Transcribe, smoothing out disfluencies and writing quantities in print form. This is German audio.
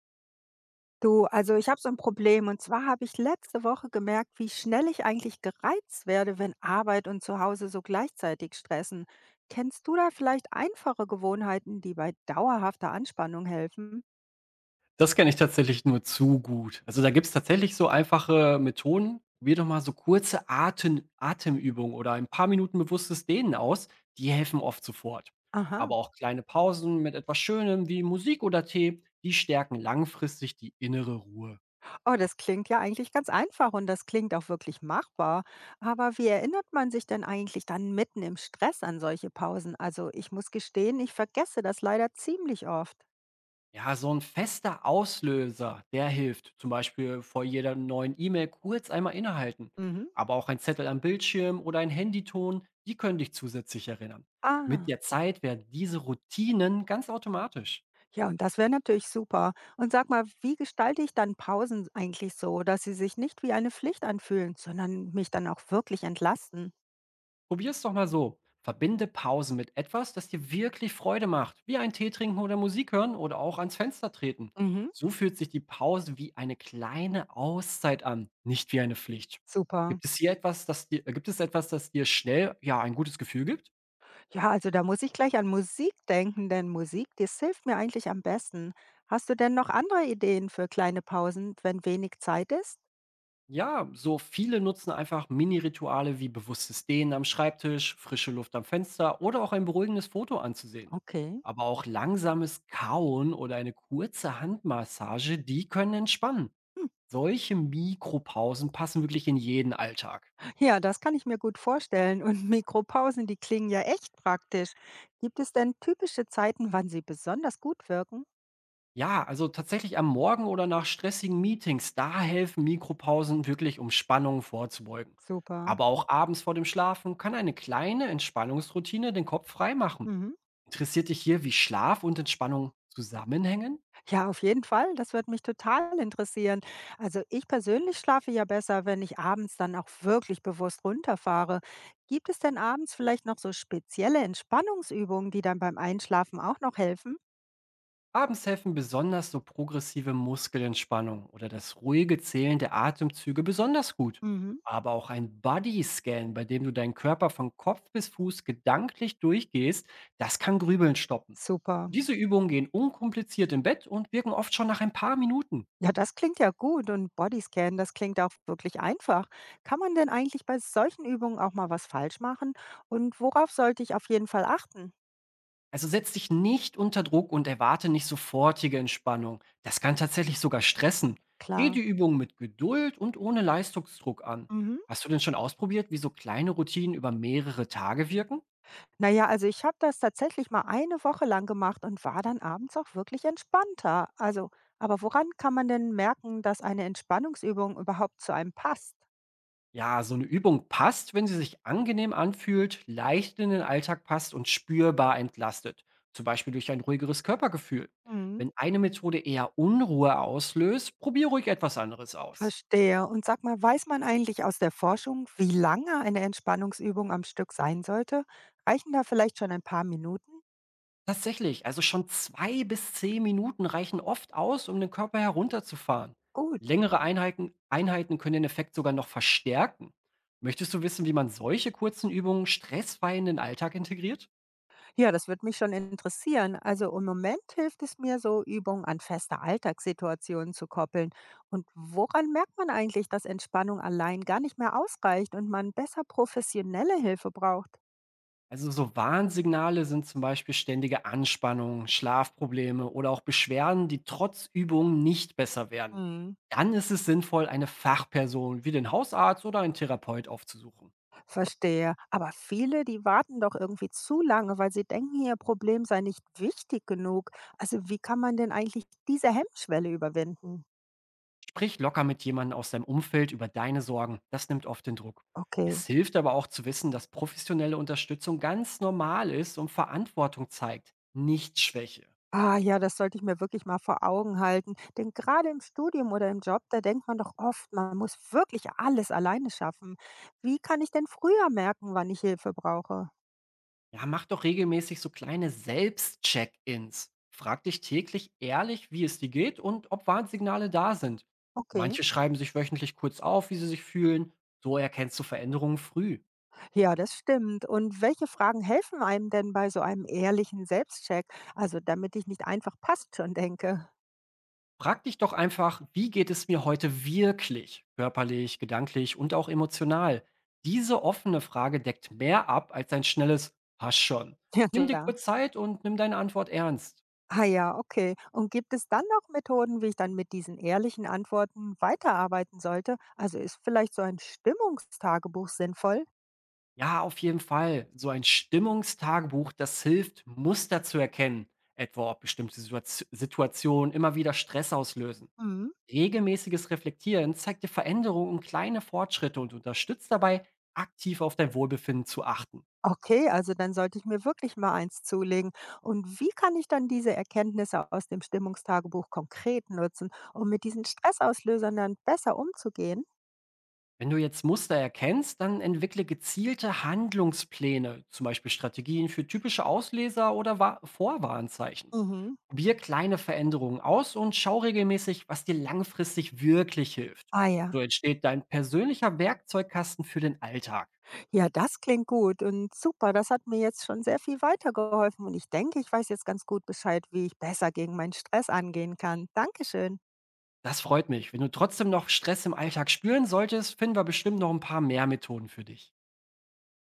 Du, also ich habe so ein Problem und zwar habe ich letzte Woche gemerkt, wie schnell ich eigentlich gereizt werde, wenn Arbeit und Zuhause so gleichzeitig stressen. Kennst du da vielleicht einfache Gewohnheiten, die bei dauerhafter Anspannung helfen? Das kenne ich tatsächlich nur zu gut. Also, da gibt es tatsächlich so einfache Methoden. Probier doch mal so kurze Atemübungen oder ein paar Minuten bewusstes Dehnen aus, die helfen oft sofort. Aha. Aber auch kleine Pausen mit etwas Schönem wie Musik oder Tee, die stärken langfristig die innere Ruhe. Oh, das klingt ja eigentlich ganz einfach und das klingt auch wirklich machbar. Aber wie erinnert man sich denn eigentlich dann mitten im Stress an solche Pausen? Also ich muss gestehen, ich vergesse das leider ziemlich oft. Ja, so ein fester Auslöser, der hilft. Zum Beispiel vor jeder neuen E-Mail kurz einmal innehalten. Mhm. Aber auch ein Zettel am Bildschirm oder ein Handyton, die können dich zusätzlich erinnern. Mit Ah. der Zeit werden diese Routinen ganz automatisch. Ja, und das wäre natürlich super. Und sag mal, wie gestalte ich dann Pausen eigentlich so, dass sie sich nicht wie eine Pflicht anfühlen, sondern mich dann auch wirklich entlasten? Probier's doch mal so. Verbinde Pausen mit etwas, das dir wirklich Freude macht, wie ein Tee trinken oder Musik hören oder auch ans Fenster treten. Mhm. So fühlt sich die Pause wie eine kleine Auszeit an, nicht wie eine Pflicht. Super. Gibt es hier etwas, das gibt es etwas, das dir schnell ja ein gutes Gefühl gibt? Ja, also da muss ich gleich an Musik denken, denn Musik, das hilft mir eigentlich am besten. Hast du denn noch andere Ideen für kleine Pausen, wenn wenig Zeit ist? Ja, so viele nutzen einfach Mini-Rituale wie bewusstes Dehnen am Schreibtisch, frische Luft am Fenster oder auch ein beruhigendes Foto anzusehen. Okay. Aber auch langsames Kauen oder eine kurze Handmassage, die können entspannen. Hm. Solche Mikropausen passen wirklich in jeden Alltag. Ja, das kann ich mir gut vorstellen. Und Mikropausen, die klingen ja echt praktisch. Gibt es denn typische Zeiten, wann sie besonders gut wirken? Ja, also tatsächlich am Morgen oder nach stressigen Meetings, da helfen Mikropausen wirklich, um Spannungen vorzubeugen. Super. Aber auch abends vor dem Schlafen kann eine kleine Entspannungsroutine den Kopf freimachen. Mhm. Interessiert dich hier, wie Schlaf und Entspannung zusammenhängen? Ja, auf jeden Fall. Das wird mich total interessieren. Also ich persönlich schlafe ja besser, wenn ich abends dann auch wirklich bewusst runterfahre. Gibt es denn abends vielleicht noch so spezielle Entspannungsübungen, die dann beim Einschlafen auch noch helfen? Abends helfen besonders so progressive Muskelentspannung oder das ruhige Zählen der Atemzüge besonders gut. Mhm. Aber auch ein Body-Scan, bei dem du deinen Körper von Kopf bis Fuß gedanklich durchgehst, das kann Grübeln stoppen. Super. Diese Übungen gehen unkompliziert im Bett und wirken oft schon nach ein paar Minuten. Ja, das klingt ja gut und Bodyscan, das klingt auch wirklich einfach. Kann man denn eigentlich bei solchen Übungen auch mal was falsch machen? Und worauf sollte ich auf jeden Fall achten? Also setz dich nicht unter Druck und erwarte nicht sofortige Entspannung. Das kann tatsächlich sogar stressen. Geh Klar. die Übung mit Geduld und ohne Leistungsdruck an. Mhm. Hast du denn schon ausprobiert, wie so kleine Routinen über mehrere Tage wirken? Na ja, also ich habe das tatsächlich mal eine Woche lang gemacht und war dann abends auch wirklich entspannter. Also, aber woran kann man denn merken, dass eine Entspannungsübung überhaupt zu einem passt? Ja, so eine Übung passt, wenn sie sich angenehm anfühlt, leicht in den Alltag passt und spürbar entlastet. Zum Beispiel durch ein ruhigeres Körpergefühl. Mhm. Wenn eine Methode eher Unruhe auslöst, probier ruhig etwas anderes aus. Verstehe. Und sag mal, weiß man eigentlich aus der Forschung, wie lange eine Entspannungsübung am Stück sein sollte? Reichen da vielleicht schon ein paar Minuten? Tatsächlich, also schon 2 bis 10 Minuten reichen oft aus, um den Körper herunterzufahren. Gut. Längere Einheiten können den Effekt sogar noch verstärken. Möchtest du wissen, wie man solche kurzen Übungen stressfrei in den Alltag integriert? Ja, das würde mich schon interessieren. Also im Moment hilft es mir so, Übungen an feste Alltagssituationen zu koppeln. Und woran merkt man eigentlich, dass Entspannung allein gar nicht mehr ausreicht und man besser professionelle Hilfe braucht? Also so Warnsignale sind zum Beispiel ständige Anspannung, Schlafprobleme oder auch Beschwerden, die trotz Übungen nicht besser werden. Hm, Dann ist es sinnvoll, eine Fachperson wie den Hausarzt oder einen Therapeut aufzusuchen. verstehe. Aber viele, die warten doch irgendwie zu lange, weil sie denken, ihr Problem sei nicht wichtig genug. Also wie kann man denn eigentlich diese Hemmschwelle überwinden? Sprich locker mit jemandem aus deinem Umfeld über deine Sorgen. Das nimmt oft den Druck. Okay. Es hilft aber auch zu wissen, dass professionelle Unterstützung ganz normal ist und Verantwortung zeigt, nicht Schwäche. Ah ja, das sollte ich mir wirklich mal vor Augen halten. Denn gerade im Studium oder im Job, da denkt man doch oft, man muss wirklich alles alleine schaffen. Wie kann ich denn früher merken, wann ich Hilfe brauche? Ja, mach doch regelmäßig so kleine Selbstcheck-ins. Frag dich täglich ehrlich, wie es dir geht und ob Warnsignale da sind. Okay, Manche schreiben sich wöchentlich kurz auf, wie sie sich fühlen. So erkennst du Veränderungen früh. ja, das stimmt. Und welche Fragen helfen einem denn bei so einem ehrlichen Selbstcheck? Also damit ich nicht einfach passt schon denke. Frag dich doch einfach, wie geht es mir heute wirklich, körperlich, gedanklich und auch emotional? Diese offene Frage deckt mehr ab als ein schnelles Hast schon. Ja Nimm dir klar. kurz Zeit und nimm deine Antwort ernst. Ah ja, okay. Und gibt es dann noch Methoden, wie ich dann mit diesen ehrlichen Antworten weiterarbeiten sollte? Also ist vielleicht so ein Stimmungstagebuch sinnvoll? Ja, auf jeden Fall. So ein Stimmungstagebuch, das hilft, Muster zu erkennen, etwa ob bestimmte Situationen immer wieder Stress auslösen. Mhm. Regelmäßiges Reflektieren zeigt dir Veränderungen und kleine Fortschritte und unterstützt dabei, aktiv auf dein Wohlbefinden zu achten. Okay, also dann sollte ich mir wirklich mal eins zulegen. Und wie kann ich dann diese Erkenntnisse aus dem Stimmungstagebuch konkret nutzen, um mit diesen Stressauslösern dann besser umzugehen? Wenn du jetzt Muster erkennst, dann entwickle gezielte Handlungspläne, zum Beispiel Strategien für typische Ausleser oder Vorwarnzeichen. Mhm. Probier kleine Veränderungen aus und schau regelmäßig, was dir langfristig wirklich hilft. Ah ja, So entsteht dein persönlicher Werkzeugkasten für den Alltag. ja, das klingt gut und super. Das hat mir jetzt schon sehr viel weitergeholfen und ich denke, ich weiß jetzt ganz gut Bescheid, wie ich besser gegen meinen Stress angehen kann. Dankeschön. Das freut mich. Wenn du trotzdem noch Stress im Alltag spüren solltest, finden wir bestimmt noch ein paar mehr Methoden für dich.